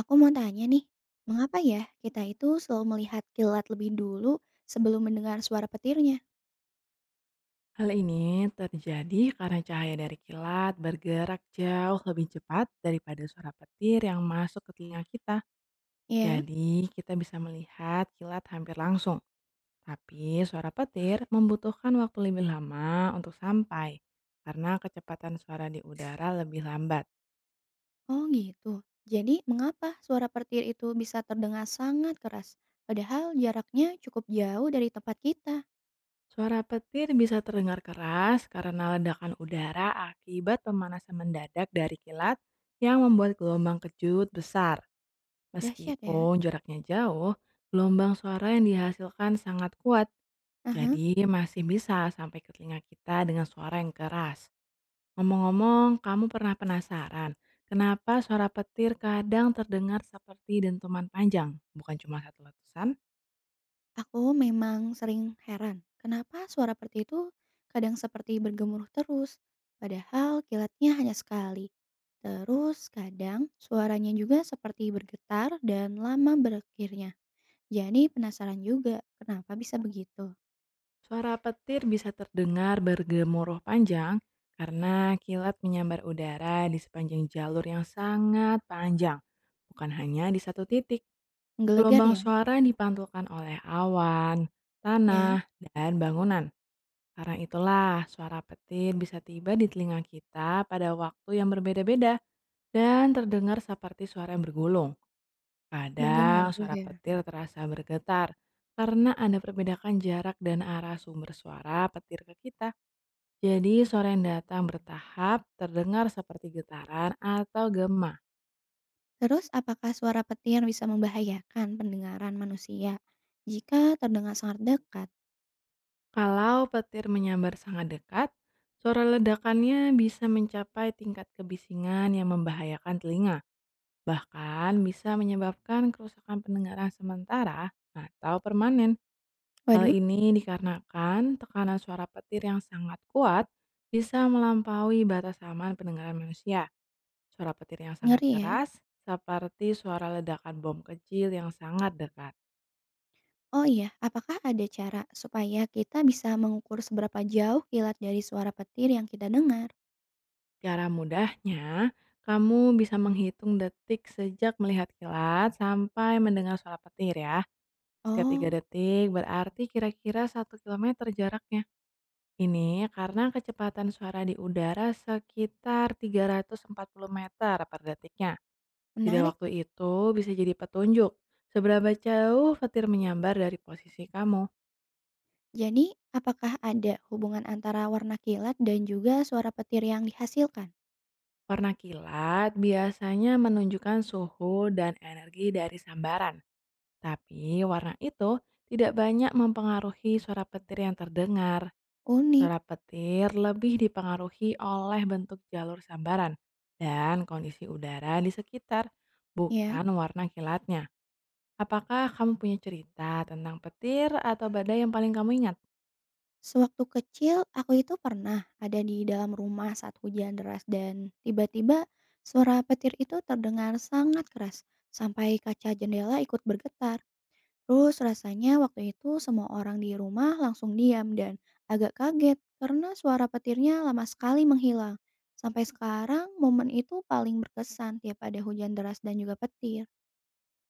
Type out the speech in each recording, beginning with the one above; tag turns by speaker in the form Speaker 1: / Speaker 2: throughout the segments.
Speaker 1: Aku mau tanya nih, mengapa ya kita itu selalu melihat kilat lebih dulu sebelum mendengar suara petirnya?
Speaker 2: Hal ini terjadi karena cahaya dari kilat bergerak jauh lebih cepat daripada suara petir yang masuk ke telinga kita.
Speaker 1: Ya,
Speaker 2: Jadi, kita bisa melihat kilat hampir langsung. Tapi, suara petir membutuhkan waktu lebih lama untuk sampai karena kecepatan suara di udara lebih lambat.
Speaker 1: oh gitu. Jadi mengapa suara petir itu bisa terdengar sangat keras, padahal jaraknya cukup jauh dari tempat kita?
Speaker 2: Suara petir bisa terdengar keras karena ledakan udara akibat pemanasan mendadak dari kilat yang membuat gelombang kejut besar.
Speaker 1: Dahsyat ya.
Speaker 2: Meskipun jaraknya jauh, gelombang suara yang dihasilkan sangat kuat,
Speaker 1: Aha,
Speaker 2: jadi masih bisa sampai ke telinga kita dengan suara yang keras. Ngomong-ngomong, kamu pernah penasaran kenapa suara petir kadang terdengar seperti dentuman panjang, bukan cuma satu letusan?
Speaker 1: aku memang sering heran. Kenapa suara petir itu kadang seperti bergemuruh terus, padahal kilatnya hanya sekali. Terus kadang suaranya juga seperti bergetar dan lama berakhirnya. Jadi penasaran juga kenapa bisa begitu?
Speaker 2: Suara petir bisa terdengar bergemuruh panjang karena kilat menyambar udara di sepanjang jalur yang sangat panjang, bukan hanya di satu titik.
Speaker 1: Menggelegar
Speaker 2: Gelombang
Speaker 1: ya?
Speaker 2: suara dipantulkan oleh awan,
Speaker 1: Ya,
Speaker 2: tanah, dan bangunan. Karena itulah suara petir bisa tiba di telinga kita pada waktu yang berbeda-beda dan terdengar seperti suara yang bergulung. Kadang
Speaker 1: bergemuruh
Speaker 2: suara
Speaker 1: ya.
Speaker 2: petir terasa bergetar karena ada perbedaan jarak dan arah sumber suara petir ke kita. Jadi suara yang datang bertahap terdengar seperti getaran atau gema.
Speaker 1: Terus apakah suara petir bisa membahayakan pendengaran manusia jika terdengar sangat dekat?
Speaker 2: Kalau petir menyambar sangat dekat, suara ledakannya bisa mencapai tingkat kebisingan yang membahayakan telinga, bahkan bisa menyebabkan kerusakan pendengaran sementara atau permanen. Hal
Speaker 1: Waduh,
Speaker 2: ini dikarenakan tekanan suara petir yang sangat kuat bisa melampaui batas aman pendengaran manusia. Suara petir yang sangat
Speaker 1: ngeri ya.
Speaker 2: keras, seperti suara ledakan bom kecil yang sangat dekat.
Speaker 1: Oh iya, apakah ada cara supaya kita bisa mengukur seberapa jauh kilat dari suara petir yang kita dengar?
Speaker 2: Cara mudahnya, kamu bisa menghitung detik sejak melihat kilat sampai mendengar suara petir ya. Setiap 3
Speaker 1: Oh,
Speaker 2: detik berarti kira-kira satu kilometer jaraknya. Ini karena kecepatan suara di udara sekitar 340 meter per detiknya. Tidak
Speaker 1: menarik.
Speaker 2: waktu itu bisa jadi petunjuk. Seberapa jauh petir menyambar dari posisi kamu.
Speaker 1: Jadi, apakah ada hubungan antara warna kilat dan juga suara petir yang dihasilkan?
Speaker 2: Warna kilat biasanya menunjukkan suhu dan energi dari sambaran. Tapi warna itu tidak banyak mempengaruhi suara petir yang terdengar.
Speaker 1: Unik,
Speaker 2: Suara petir lebih dipengaruhi oleh bentuk jalur sambaran dan kondisi udara di sekitar,
Speaker 1: ya.
Speaker 2: bukan warna kilatnya. Apakah kamu punya cerita tentang petir atau badai yang paling kamu ingat?
Speaker 1: Sewaktu kecil, aku itu pernah ada di dalam rumah saat hujan deras dan tiba-tiba suara petir itu terdengar sangat keras sampai kaca jendela ikut bergetar. Terus rasanya waktu itu semua orang di rumah langsung diam dan agak kaget karena suara petirnya lama sekali menghilang. Sampai sekarang momen itu paling berkesan tiap ada hujan deras dan juga petir,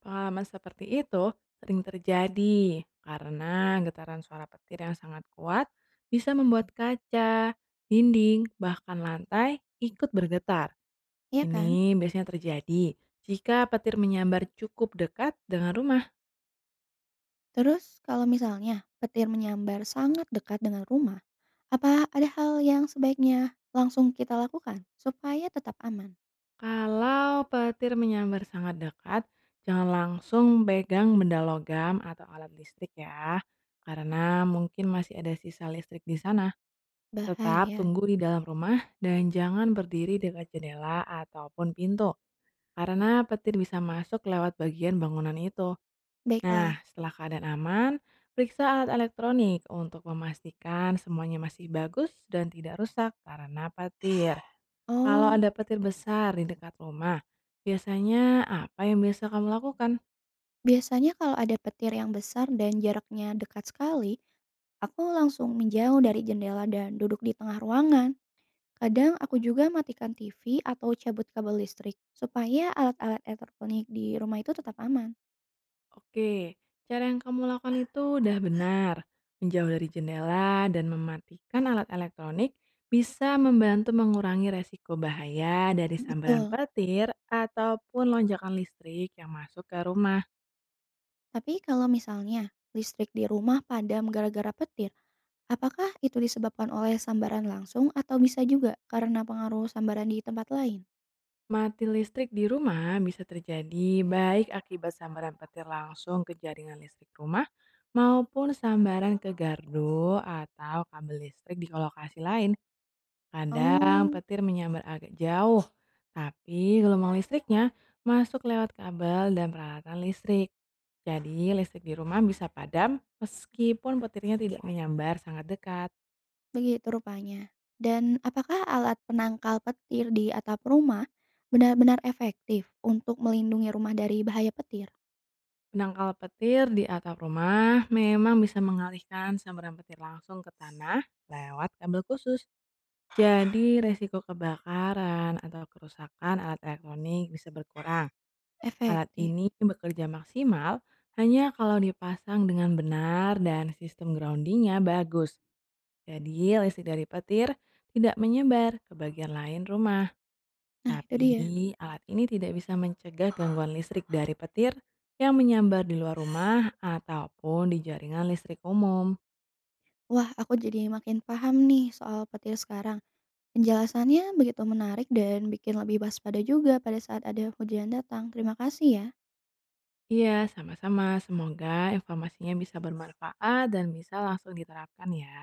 Speaker 2: Pengalaman seperti itu sering terjadi karena getaran suara petir yang sangat kuat bisa membuat kaca, dinding, bahkan lantai ikut bergetar.
Speaker 1: iya kan?
Speaker 2: Ini biasanya terjadi jika petir menyambar cukup dekat dengan rumah.
Speaker 1: Terus kalau misalnya petir menyambar sangat dekat dengan rumah, apa ada hal yang sebaiknya langsung kita lakukan supaya tetap aman?
Speaker 2: Kalau petir menyambar sangat dekat, jangan langsung pegang benda logam atau alat listrik ya, karena mungkin masih ada sisa listrik di sana. Tetap
Speaker 1: Bahaya.
Speaker 2: tunggu di dalam rumah dan jangan berdiri dekat jendela ataupun pintu, karena petir bisa masuk lewat bagian bangunan itu. Nah,
Speaker 1: Baiklah.
Speaker 2: setelah keadaan aman, periksa alat elektronik untuk memastikan semuanya masih bagus dan tidak rusak karena petir. Kalau
Speaker 1: Oh,
Speaker 2: ada petir besar di dekat rumah, biasanya apa yang biasa kamu lakukan?
Speaker 1: biasanya kalau ada petir yang besar dan jaraknya dekat sekali, aku langsung menjauh dari jendela dan duduk di tengah ruangan. Kadang aku juga matikan TV atau cabut kabel listrik supaya alat-alat elektronik di rumah itu tetap aman.
Speaker 2: Oke, cara yang kamu lakukan itu udah benar. Menjauh dari jendela dan mematikan alat elektronik bisa membantu mengurangi resiko bahaya dari sambaran
Speaker 1: Betul.
Speaker 2: petir ataupun lonjakan listrik yang masuk ke rumah.
Speaker 1: Tapi kalau misalnya listrik di rumah padam gara-gara petir, apakah itu disebabkan oleh sambaran langsung atau bisa juga karena pengaruh sambaran di tempat lain?
Speaker 2: Mati listrik di rumah bisa terjadi baik akibat sambaran petir langsung ke jaringan listrik rumah maupun sambaran ke gardu atau kabel listrik di lokasi lain. Kadang
Speaker 1: Oh,
Speaker 2: petir menyambar agak jauh, tapi gelombang listriknya masuk lewat kabel dan peralatan listrik. Jadi listrik di rumah bisa padam meskipun petirnya tidak menyambar sangat dekat.
Speaker 1: begitu rupanya. Dan apakah alat penangkal petir di atap rumah benar-benar efektif untuk melindungi rumah dari bahaya petir?
Speaker 2: Penangkal petir di atap rumah memang bisa mengalihkan sambaran petir langsung ke tanah lewat kabel khusus. Jadi resiko kebakaran atau kerusakan alat elektronik bisa berkurang. Alat
Speaker 1: Efektif.
Speaker 2: ini bekerja maksimal hanya kalau dipasang dengan benar dan sistem groundingnya bagus. Jadi listrik dari petir tidak menyebar ke bagian lain rumah.
Speaker 1: Nah, itu
Speaker 2: Tapi,
Speaker 1: dia.
Speaker 2: alat ini tidak bisa mencegah gangguan listrik dari petir yang menyambar di luar rumah ataupun di jaringan listrik umum.
Speaker 1: Wah, aku jadi makin paham nih soal petir sekarang. Penjelasannya begitu menarik dan bikin lebih waspada juga pada saat ada hujan datang. Terima kasih ya.
Speaker 2: Iya, sama-sama. Semoga informasinya bisa bermanfaat dan bisa langsung diterapkan ya.